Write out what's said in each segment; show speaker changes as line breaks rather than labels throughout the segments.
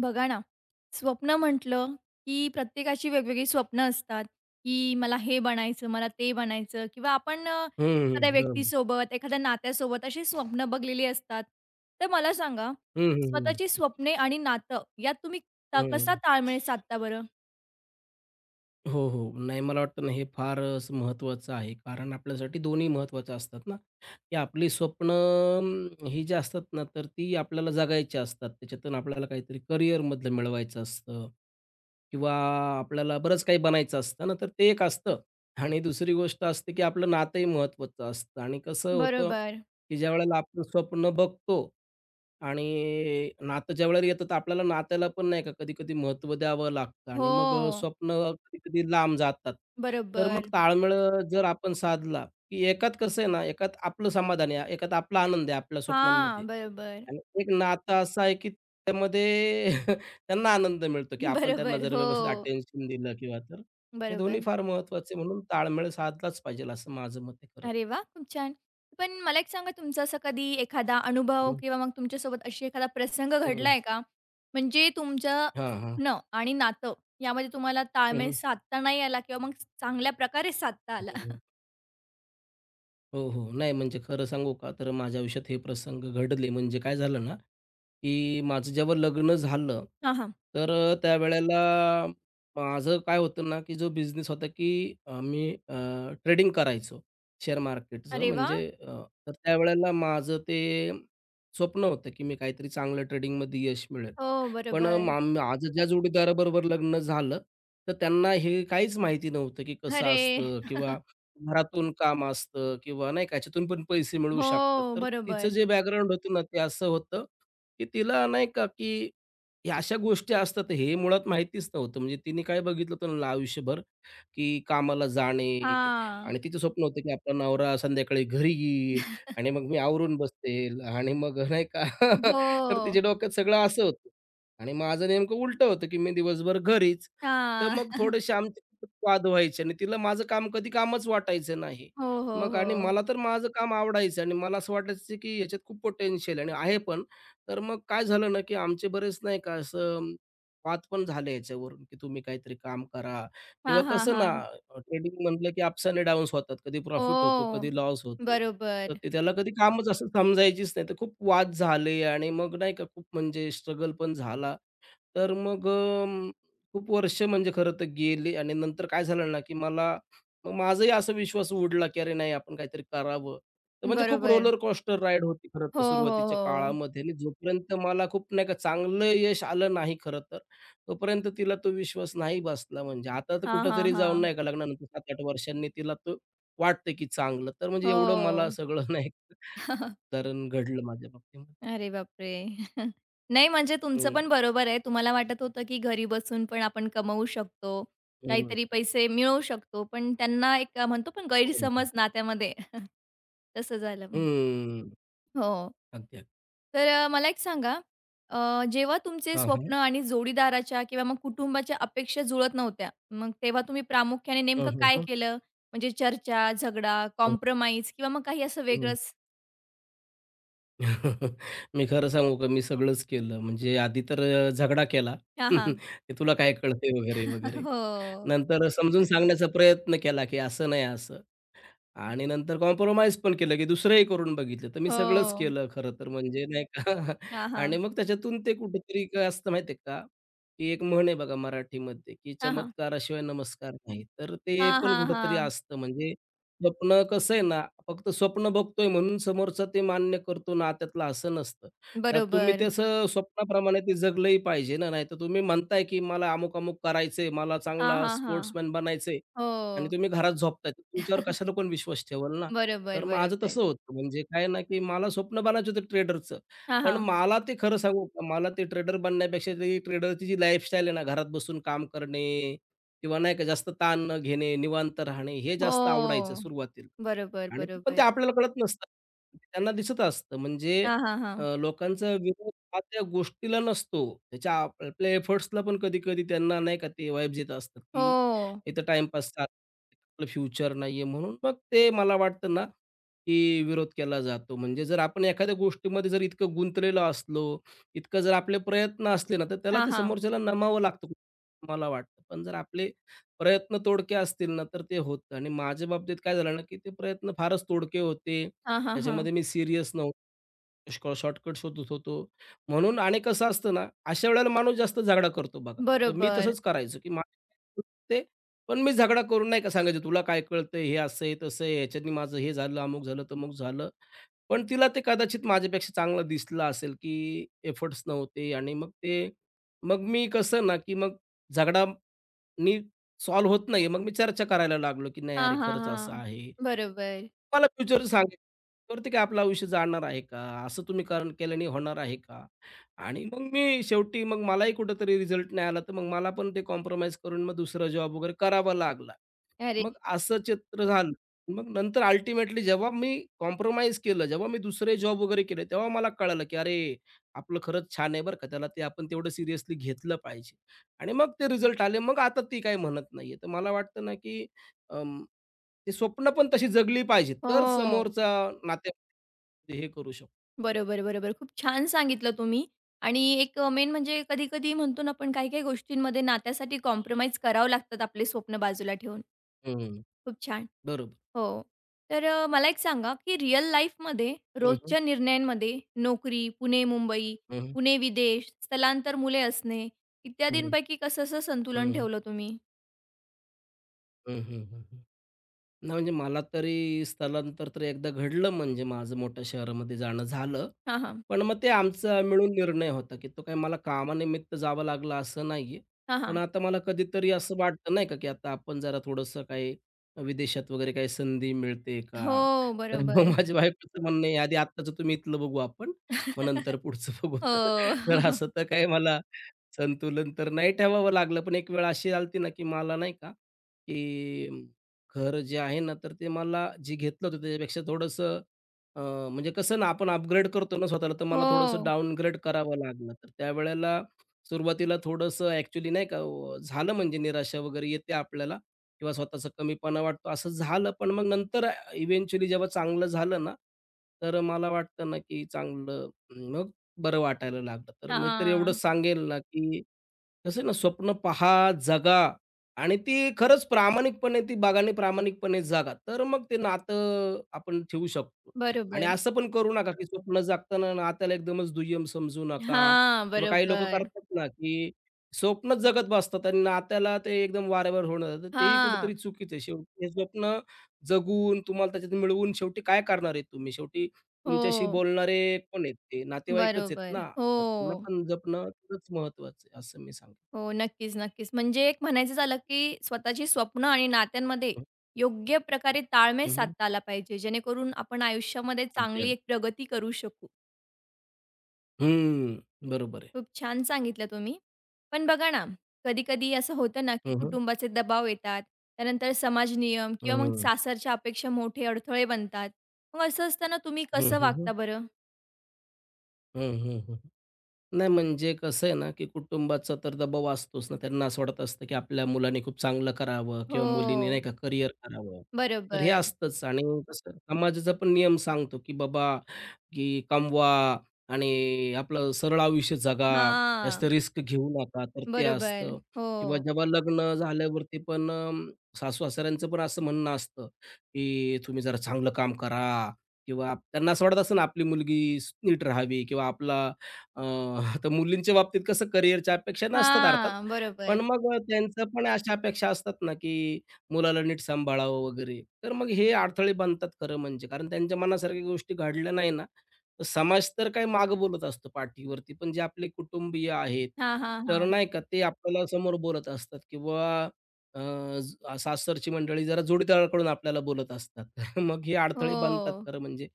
बघा ना, स्वप्न म्हटलं, की प्रत्येकाची वेगवेगळी स्वप्न असतात, की मला हे बनायचं, मला ते बनायचं किंवा आपण
हं, हं.
एखाद्या
बरोबर.
व्यक्तीसोबत, एखाद्या नात्यासोबत अशी स्वप्न बघलेली असतात. तर मला सांगा,
हं, हं, हं.
स्वतःची स्वप्ने आणि नातं यात तुम्ही कसा
हं.
ताळमेळ साधता बरं?
हो, हो. नाही मला वाटतं ना हे फारच महत्त्वाचं आहे. कारण आपल्यासाठी दोन्ही महत्त्वाचं असतात ना, की आपली स्वप्न ही जी असतात ना, तर ती आपल्याला जगायची असतात. त्याच्यातून आपल्याला काहीतरी करिअरमधलं मिळवायचं असतं किंवा आपल्याला बरंच काही बनायचं असतं ना, तर ते एक असतं आणि दुसरी गोष्ट असते, की आपलं नातंही महत्त्वाचं असतं आणि कसं होतं,
बरोबर.
की ज्यावेळेला आपण स्वप्न बघतो आणि नातं ज्यावेळेला येतं, तर आपल्याला नात्याला पण नाही का कधी-कधी महत्त्व द्यावं लागतं आणि मग
हो.
स्वप्न कधी-कधी लांब जातात. तर मग
बरोबर.
ताळमेळ जर आपण साधला, की एकात कसं आहे ना, एकात आपलं समाधान आहे, एकात आपला आनंद आहे आपल्या स्वप्नांमध्ये
हां, बरोबर.
आणि एक नातं असं आहे, की त्यामध्ये त्यांना आनंद मिळतो, की आपण त्यांना
बरोबर.
जर
हो.
व्यवस्थित अटेन्शन दिलं किंवा तर हे दोन्ही
बरोबर.
फार महत्त्वाचे आहे. म्हणून ताळमेळ साधलाच पाहिजे असं माझं मत आहे खरं.
अरे वाह! खूप छान. पण मला एक सांगा तुमचा असा कधी एखादा अनुभव
हं,
किंवा मग तुमच्यासोबत अशी एखादा प्रसंग
हं.
घडलाय का? म्हणजे तुमचं
हां, हां.
स्वप्न आणि नातं यामध्ये तुम्हाला
हं,
ताळमेळ
हं.
साधता नाही आला किंवा मग चांगल्या प्रकारे साधता आला?
हो, हो. नाही म्हणजे खरं सांगू का, तर माझ्या आयुष्यात हे प्रसंग घडले. म्हणजे काय झालं ना, की माझं जेव्हा लग्न झालं,
हां, हां.
तर त्यावेळेला माझं काय होतं ना, की जो बिझनेस होता, की मी ट्रेडिंग करायचो शेअर मार्केटचं.
अरे वाह!
म्हणजे तर त्यावेळेला माझं ते स्वप्न होतं, की मी काहीतरी चांगलं ट्रेडिंगमध्ये यश मिळेल.
हो,
पण
बरोबर.
माझं ज्या जोडीदाराबरोबर लग्न झालं, तर त्यांना हे काहीच माहिती नव्हतं, की कसं
अरे!
असतं किंवा घरातून काम असतं किंवा नाही का, याच्यातून पण पैसे मिळू शकतात.
हो,
तर तिचं
बरोबर.
जे बॅकग्राऊंड होतं ना, ते असं होतं की तिला नाही का, की ह्या अशा गोष्टी असतात, हे मुळात माहितीच नव्हतं. म्हणजे तिने काय बघितलं होतं ना आयुष्यभर, की कामाला जाणे
हां.
आणि तिचं स्वप्न होतं की आपला नवरा संध्याकाळी घरी येईल आणि मग मी आवरून बसेल आणि मग नाही का तर
हो.
तिच्या डोक्यात सगळं असं होतं आणि माझं नेमकं उलटं होतं की मी दिवसभर घरीच. तर
हां.
मग थोडेसे आमचे खूपच वाद व्हायचे आणि तिला माझं काम कधी कामच वाटायचं नाही.
हो, हो,
मग
हो.
आणि मला तर माझं काम आवडायचं आणि मला असं वाटायचं की ह्याच्यात खूप पोटेन्शियल आणि आहे पण. तर मग काय झालं ना, की आमचे बरेच नाही का असं वाद पण झाले याच्यावरून, की तुम्ही काहीतरी काम करा
हां,
किंवा
हां,
कसं ना,
हां.
ट्रेडिंग म्हटलं की अप्स आणि डाउन्स होतात. कधी प्रॉफिट होतो,
हो.
कधी लॉस होतो. तर
बरोबर.
ते त्याला कधी कामच असं समजायचीच नाही. तर खूप वाद झाले आणि मग नाही का खूप म्हणजे स्ट्रगल पण झाला तर मग खूप वर्ष म्हणजे खरं तर गेली आणि नंतर काय झालं ना, की मला मग माझाही असा विश्वास उडला, की अरे नाही आपण काहीतरी करावं. तर म्हणजे खूप
बरोबर.
रोलर कोस्टर राईड होती खरं
हो,
तर
हो,
सुरुवातीच्या
हो.
काळामध्ये आणि जोपर्यंत मला खूप नाही का चांगलं यश आलं नाही खरं तर, तोपर्यंत तिला तो विश्वास नाही बसला म्हणजे. आता तर
हां, हां,
कुठेतरी जाऊन
हां.
नाही का लग्नानंतर 7-8 वर्षांनी तिला तो वाटतं, की चांगलं. तर म्हणजे एवढं मला
हो.
सगळं नाही का उदाहरण घडलं माझ्या बाबतीमध्ये.
अरे बापरे! नाही म्हणजे तुमचं
हं,
पण बरोबर आहे. तुम्हाला वाटत होतं, की घरी बसून पण आपण कमवू शकतो,
हं.
काहीतरी पैसे मिळवू शकतो. पण त्यांना एक म्हणतो पण
हो ना.
गैरसमज नात्यामध्ये तसं झालं.
हं.
हो.
अगदी, अगदी.
तर मला एक सांगा, जेव्हा तुमचे
हां, हां.
स्वप्न आणि जोडीदाराच्या किंवा मग कुटुंबाच्या अपेक्षा जुळत नव्हत्या, मग तेव्हा तुम्ही प्रामुख्याने
हं,
नेमकं
हं,
काय
हं.
केलं? म्हणजे चर्चा, झगडा,
हं,
कॉम्प्रोमाईज किंवा मग काही असं
हं.
वेगळंच?
मी खरं सांगू का, मी सगळंच केलं. म्हणजे आधी तर झगडा केला.
हां, हां.
की "तुला काय कळतंय?" वगैरे, वगैरे.
हो.
नंतर समजून सांगण्याचा प्रयत्न केला, की "असं नाही, असं." आणि नंतर कॉम्प्रोमाईज पण केलं, की दुसरंही करून बघितलं. तर मी सगळंच
हो.
केलं खरं तर म्हणजे नाही का
हां,
आणि
हां.
मग त्याच्यातून ते कुठेतरी काय असतं माहिती आहे का, की एक म्हण आहे बघा मराठीमध्ये, की
हां, हां.
चमत्काराशिवाय नमस्कार नाही. तर ते
हां,
पण
हां,
कुठेतरी
हां.
असतं म्हणजे स्वप्न कसं आहे ना, फक्त स्वप्न बघतोय म्हणून समोरचा ते मान्य करतो नात्यातलं असं नसतं. तर तुम्ही
बरोबर.
तसं स्वप्नाप्रमाणे ते जगलंही पाहिजे ना, नाहीतर तुम्ही म्हणताय, की मला अमुक-अमुक करायचंय, मला
हां,
चांगला
हां, हां.
स्पोर्ट्समन बनायचंय. आणि
हो.
तुम्ही घरात झोपताय, तर तुमच्यावर कशाला कोण विश्वास ठेवेल ना?
बरोबर,
तर माझं
बरोबर.
तसं होतं. म्हणजे काय ना, की मला स्वप्न बनायचं होतं ट्रेडरचं.
हां,
पण
हां.
मला ते खरं सांगू का, मला ते ट्रेडर बनण्यापेक्षा ती ट्रेडरची जी लाईफस्टाईल आहे ना, घरात बसून काम करणे किंवा नाही का जास्त ताण न घेणे, निवांत राहणे, हे जास्त आवडायचं
हो.
सुरुवातीला.
बरोबर,
आणि पण
बरोबर.
ते आपल्याला कळत नसतं. ते त्यांना दिसत असतं. म्हणजे
हां, हां, हां.
लोकांचा विरोध हा त्या गोष्टीला नसतो. त्याच्या आप आपल्या एफर्ट्सला पण कधी-कधी त्यांना नाही का ते वाइब्स येत असतात, की
हो.
इथं टाईमपास आपलं फ्युचर नाहीये म्हणून मग ते मला वाटतं ना, की विरोध केला जातो. म्हणजे जर आपण एखाद्या गोष्टीमध्ये जर इतकं गुंतलेलो असलो, इतकं जर आपले प्रयत्न असले ना, तर त्याला
हां,
ते
हां.
समोरच्याला नमावं लागतं, मला वाटतं. पण जर आपले प्रयत्न तोडके असतील ना, तर ते होतं आणि माझ्या बाबतीत काय झालं ना, की ते प्रयत्न फारच तोडके होते.
हां, हां, हां.
त्याच्यामध्ये मी सीरियस नव्हतो. शॉर्टकट शोधत होतो. म्हणून आणि कसं असतं ना, अशा वेळेला माणूस जास्त झगडा करतो बघा. तर मी
बरोबर.
तसंच करायचो, की मला काय पण मी झगडा करून नाही का सांगायचो, "तुला काय कळतंय? हे असं आहे, तसं आहे, ह्याच्यानी माझं हे झालं, अमुक झालं, तमुक झालं." पण तिला ते कदाचित माझ्यापेक्षा चांगलं दिसलं असेल, की एफर्ट्स नव्हते आणि मग ते मग मी कसं ना, की मग झगडा नी सॉल्व्ह होत नाहीये. मग मी चर्चा करायला लागलो, की "नाही
हां,
अरे,
हां,
खरंच असं
हां.
आहे."
बरोबर.
मला फ्युचर सांगेल. त्यावरती काय आपलं आयुष्य जाणार आहे का? असं तुम्ही कारण केल्याने होणार आहे का? आणि मग मी शेवटी मग मलाही कुठेतरी रिझल्ट नाही आला, तर मग मला पण ते कॉम्प्रोमाईज करून मग दुसरा जॉब वगैरे करावा लागला.
अरे
मग असं चित्र झालं. मग नंतर अल्टिमेटली जेव्हा मी कॉम्प्रोमाईज केलं, जेव्हा मी दुसरे जॉब वगैरे केले, तेव्हा मला कळालं, की अरे, आपलं खरंच छान आहे बरं का, त्याला ते आपण तेवढं सिरियसली घेतलं पाहिजे. आणि मग ते रिझल्ट आले. मग आता ती काही म्हणत नाहीये. तर मला वाटतं ना, की अं, ती स्वप्न पण तशी जगली पाहिजेत, तर
हो.
समोरचा नात्यामध्ये हे करू शकतो.
बरोबर, बरोबर. खूप छान सांगितलं तुम्ही आणि एक मेन म्हणजे कधी-कधी म्हणतो ना आपण काही-काही गोष्टींमध्ये नात्यासाठी कॉम्प्रोमाईज करावं लागतात आपले स्वप्न बाजूला ठेवून.
हं.
खूप छान.
बरोबर.
हो. तर मला एक सांगा, की रिअल लाईफमध्ये
हं, हं.
रोजच्या निर्णयांमध्ये नोकरी, पुणे-मुंबई,
हं, हं.
पुणे-विदेश, स्थलांतर, मुले असणे इत्यादींपैकी कसं असं संतुलन
हं,
ठेवलं तुम्ही?
हं, हं, हं, म्हणजे मला तरी स्थलांतर तर एकदा घडलं म्हणजे माझं मोठ्या शहरामध्ये जाणं झालं.
हां, हां.
पण मग ते आमचा मिळून निर्णय होता, की तो काही मला कामानिमित्त जावं लागलं असं नाहीये.
हां,
पण
हां.
आता मला कधीतरी असं वाटतं नाही का, की आता आपण जरा थोडंसं काही विदेशात वगैरे काही संधी मिळते का?
हो,
तर मग
बरोबर.
माझ्या बायकोचं म्हणणं आहे, "आधी आत्ताचं तुम्ही इथलं बघू आपण, मग नंतर पुढचं बघू."
हो.
तर असं तर काही मला संतुलन तर नाही ठेवावं लागलं. पण एक वेळ अशी आली होती ना, की मला नाही का, की घर जे आहे ना, तर ते मला जे घेतलं होतं त्याच्यापेक्षा थोडंसं अ, म्हणजे कसं ना, आपण अपग्रेड करतो ना स्वतःला, तर मला थोडंसं
हो.
डाउनग्रेड करावं लागलं. तर त्यावेळेला सुरुवातीला थोडंसं ॲक्चुअली नाही का झालं म्हणजे निराशा वगैरे येते आपल्याला किंवा स्वतःचा कमीपणा वाटतो, असं झालं. पण मग नंतर इव्हेंच्युअली जेव्हा चांगलं झालं ना, तर मला वाटतं ना, की चांगलं मग बरं वाटायला लागलं. तर मी तर एवढंच
हां.
सांगेल ना, की कसं आहे ना, स्वप्न पहा, जगा आणि ती खरंच प्रामाणिकपणे ती बागाने प्रामाणिकपणे जागा. तर मग ते नातं आपण ठेवू शकतो. आणि
बरोबर.
असं पण करू नका, की स्वप्न जागताना नात्याला एकदमच दुय्यम समजू नका
हां,
किंवा काही लोकं
बरोबर.
करतात ना, की स्वप्नच जगत बसतात आणि नात्याला ते एकदम वारेवर होणं, तर तेही
हां.
कुठेतरी चुकीचं आहे. शेवटी हे स्वप्न जगून तुम्हाला त्याच्यात मिळवून शेवटी काय करणार आहे तुम्ही? शेवटी तुमच्याशी
हो.
बोलणारे कोण आहेत ते? नातेवाईकच आहेत
बरोबर.
ना,
हो.
तर त्यांना पण जपणं खरंच महत्त्वाचं आहे, असं मी सांगेन.
हो, नक्कीच, नक्कीच. म्हणजे एक म्हणायचं झालं, की स्वतःची स्वप्न आणि नात्यांमध्ये
हं,
योग्य प्रकारे ताळमेळ
हं,
साधता आला पाहिजे, जेणेकरून आपण आयुष्यामध्ये
अगदी,
चांगली
अगदी.
एक प्रगती करू शकू.
हं, बरोबर आहे.
खूप छान सांगितलं तुम्ही. पण बघा ना, कधी-कधी असं होतं ना, की
हं.
कुटुंबाचे दबाव येतात, त्यानंतर समाज नियम
हं,
किंवा मग
हं.
सासरच्या अपेक्षा मोठे अडथळे बनतात. मग असं असताना तुम्ही
हं,
कसं
हं,
वागता
हं.
बरं?
हं, हं, हं. नाही म्हणजे कसं आहे ना, की कुटुंबाचा तर दबाव असतोच ना. त्यांना असं वाटत असतं, की आपल्या मुलाने खूप चांगलं करावं किंवा मुलीने नाही
हो,
का करिअर करावं. तर हे
बरोबर.
असतंच आणि कसं समाजाचा पण नियम सांगतो, की बाबा, की कमवा आणि आपलं सरळ आयुष्य जगा, जास्त
हां,
रिस्क घेऊ नका. तर ते
बरोबर.
असतं
हो.
किंवा जेव्हा लग्न झाल्यावरती पण सासू-सासऱ्यांचं पण असं म्हणणं असतं, की तुम्ही जरा चांगलं काम करा किंवा त्यांना असं वाटत असतं ना, आपली मुलगी नीट राहावी किंवा आपला अ, तर मुलींच्या बाबतीत कसं करिअरच्या अपेक्षा नसतात अर्थात.
हां, बरोबर.
पण मग त्यांचं पण अशा अपेक्षा असतात ना, की मुलाला नीट सांभाळावं वगैरे. तर मग हे अडथळे बनतात खरं म्हणजे. कारण त्यांच्या मनासारख्या गोष्टी घडल्या नाही ना, समाज तर काय मागं बोलत असतो पाठीवरती, पण जे आपले कुटुंबीय आहेत,
हां, हां,
तर
हां.
नाही का ते आपल्याला समोर बोलत असतात किंवा अ, सासरची मंडळी जरा जोडीदाराकडून आपल्याला बोलत असतात. मग हे अडथळे बनतात
हो,
खरं म्हणजे.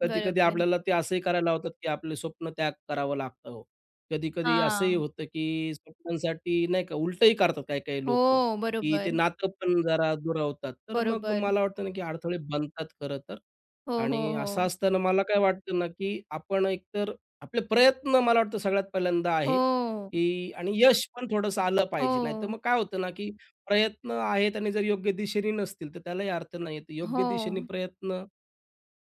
कधी-कधी
बरोबर.
आपल्याला ते असंही करायला लावतात, की आपले स्वप्न त्याग करावं लागतं हो. कधी-कधी असंही
हा..
होतं, की स्वप्नांसाठी नाही का उलटंही करतात काही-काही लोकं,
हो,
की ते
बरोबर,
नातं पण जरा दुरावतात. तर मग
बरोबर.
मला वाटतं ना, की अडथळे बनतात खरं तर.
हो, हो,
आणि असं
हो.
असताना मला काय वाटतं ना, की आपण एकतर आपले प्रयत्न मला वाटतं सगळ्यात पहिल्यांदा आहे,
हो,
की आणि यश पण थोडंसं आलं पाहिजे. नाहीतर
हो,
मग काय होतं ना, की प्रयत्न आहेत आणि जर योग्य दिशेने नसतील, तर त्यालाही अर्थ नाही येत. योग्य
हो.
दिशेने प्रयत्न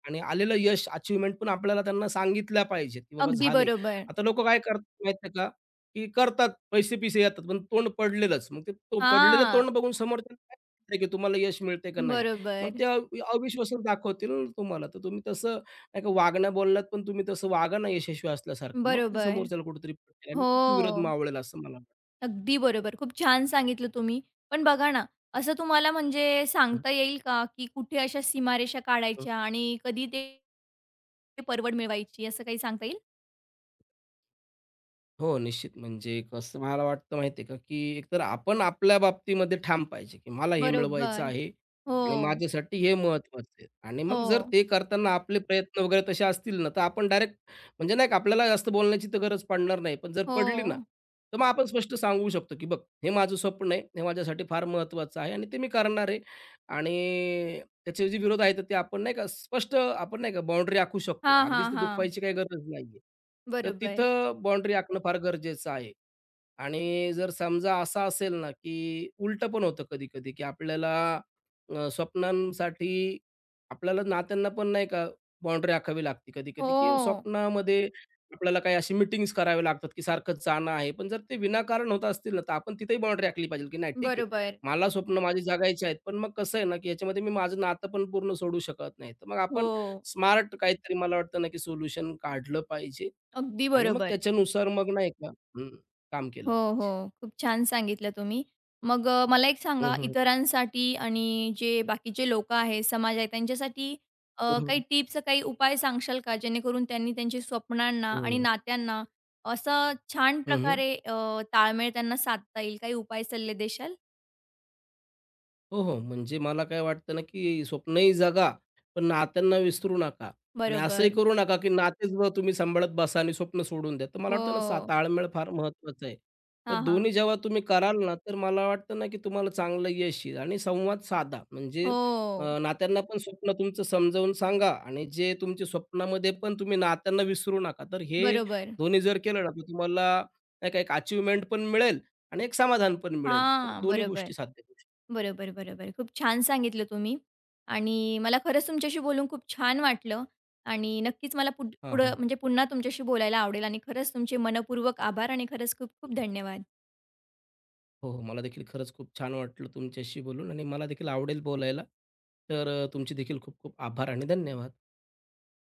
आणि आलेलं यश, अचिव्हमेंट पण आपल्याला त्यांना सांगितल्या पाहिजेत, की बाबा
अगदी
झाले.
बरोबर.
आता लोकं काय करतात माहिती आहे का, की करतात, पैसे-पिसे येतात, पण तोंड पडलेलंच. मग ते तो पडलेलं
हां,
तोंड बघून समोरच्याला काय माहिती की तुम्हाला यश मिळतंय का नाही. मग
बरोबर,
ते अविश्वासच दाखवतील ना तुम्हाला. तर तुम्ही तसं नाही का वागण्या-बोलण्यात पण तुम्ही तसं वागा ना यशस्वी असल्यासारखं. मग ते
बरोबर.
समोरच्याला कुठेतरी पटेल
हो,
आणि विरोध मावळेल असं मला
अगदी बरोबर. खूप छान सांगितलं तुम्ही. पण बघा ना, असं तुम्हाला म्हणजे
वाटतं.
सांगता येईल का, की कुठे अशा सीमारेषा काढायच्या आणि कधी ते परवड मिळवायची, असं काही सांगता येईल?
हो, निश्चित. म्हणजे कसं मला वाटतं माहिती आहे का, की एकतर आपण आपल्या बाबतीमध्ये ठाम पाहिजे, की मला हे मिळवायचं
बरोबर.
आहे
हो,
आणि माझ्यासाठी हे महत्त्वाचं आहे. आणि मग जर
हो,
ते करताना आपले प्रयत्न वगैरे तसे असतील ना, तर आपण डायरेक्ट म्हणजे नाही का आपल्याला जास्त बोलण्याची तर गरज पडणार नाही. पण जर
हो.
पडली ना, तर मग आपण स्पष्ट सांगू शकतो, की "बघ, हे माझं स्वप्न आहे. हे माझ्यासाठी फार महत्त्वाचं आहे आणि ते मी करणार आहे आणि त्याचे जे विरोध आहेत, तर ते आपण नाही का स्पष्ट आपण नाही का बाउंडरी आखू शकतो.
हां,
अगदीच
हां,
ते
हां.
दुखवायची काही गरज नाहीये. तर
बरोबर.
तिथं बाउंडरी आखणं फार गरजेचं आहे. आणि जर समजा असं असेल ना, की उलटं पण होतं कधी-कधी, की आपल्याला स्वप्नांसाठी आपल्याला नात्यांना पण नाही का बाउंडरी आखावी लागते कधी-कधी, की
हो.
स्वप्नामध्ये आपल्याला काही अशी मीटिंग्स कराव्या लागतात, की सारखंच जाणं आहे. पण जर ते विनाकारण होत असतील ना, तर आपण तिथेही बाउंडरी आखली पाहिजे, की नाही ठीक आहे.
बरोबर.
मला स्वप्न माझी जगायची आहेत. पण मग कसं आहे ना, की याच्यामध्ये मी माझं नातं पण पूर्ण सोडू शकत नाही. तर मग आपण
हो.
स्मार्ट काहीतरी मला वाटतं ना, की सोल्युशन काढलं पाहिजे
अगदी
आणि मग
बरोबर.
त्याच्यानुसार मग नाही का हं, काम
हो,
केलं पाहिजे.
हो. खूप छान सांगितलं तुम्ही. मग मला एक
हं,
सांगा
हं.
इतरांसाठी आणि जे बाकीचे लोकं आहेत, समाज आहे त्यांच्यासाठी
हं,
काही
हं.
टिप्स, काही उपाय सांगशाल का? जेणेकरून त्यांनी त्यांच्या स्वप्नांना आणि नात्यांना असं छान
हं, हं.
प्रकारे ताळमेळ त्यांना साधता येईल. काही उपाय सल्ले देशाल?
हो, हो. म्हणजे मला काय वाटतं ना, की स्वप्नही जगा, पण नात्यांना विसरू नका आणि असंही
बरोबर.
करू नका, की नातेच तुम्ही सांभाळत बसा आणि स्वप्न सोडून द्या. तर मला वाटतं ना,
हो.
ताळमेळ फार महत्त्वाचा आहे. तर
हां, हां.
दोन्ही जेव्हा तुम्ही कराल ना, तर मला वाटतं ना, की तुम्हाला चांगलं यश येईल आणि संवाद साधा. म्हणजे
हो.
नात्यांना पण स्वप्न तुमचं समजावून सांगा आणि जे तुमच्या स्वप्नामध्ये पण तुम्ही नात्यांना विसरू नका. तर हे
बरोबर.
दोन्ही जर केलं ना, तर तुम्हाला नाही का एक अचिव्हमेंट पण मिळेल आणि एक समाधान पण मिळेल. तर
हां,
दोन्ही
बरोबर.
गोष्टी साध्य करू शकतो.
बरोबर, बरोबर. खूप छान सांगितलं तुम्ही आणि मला खरंच तुमच्याशी बोलून खूप छान वाटलं आणि नक्कीच मला पुढं म्हणजे पुन्हा तुमच्याशी बोलायला आवडेल आणि खरंच तुमचे मनःपूर्वक आभार आणि खरंच खूप खूप धन्यवाद.
हो, हो. मला देखील खरंच खूप छान वाटलं तुमच्याशी बोलून आणि मला देखील आवडेल बोलायला. तर तुमचे देखील खूप खूप आभार आणि धन्यवाद.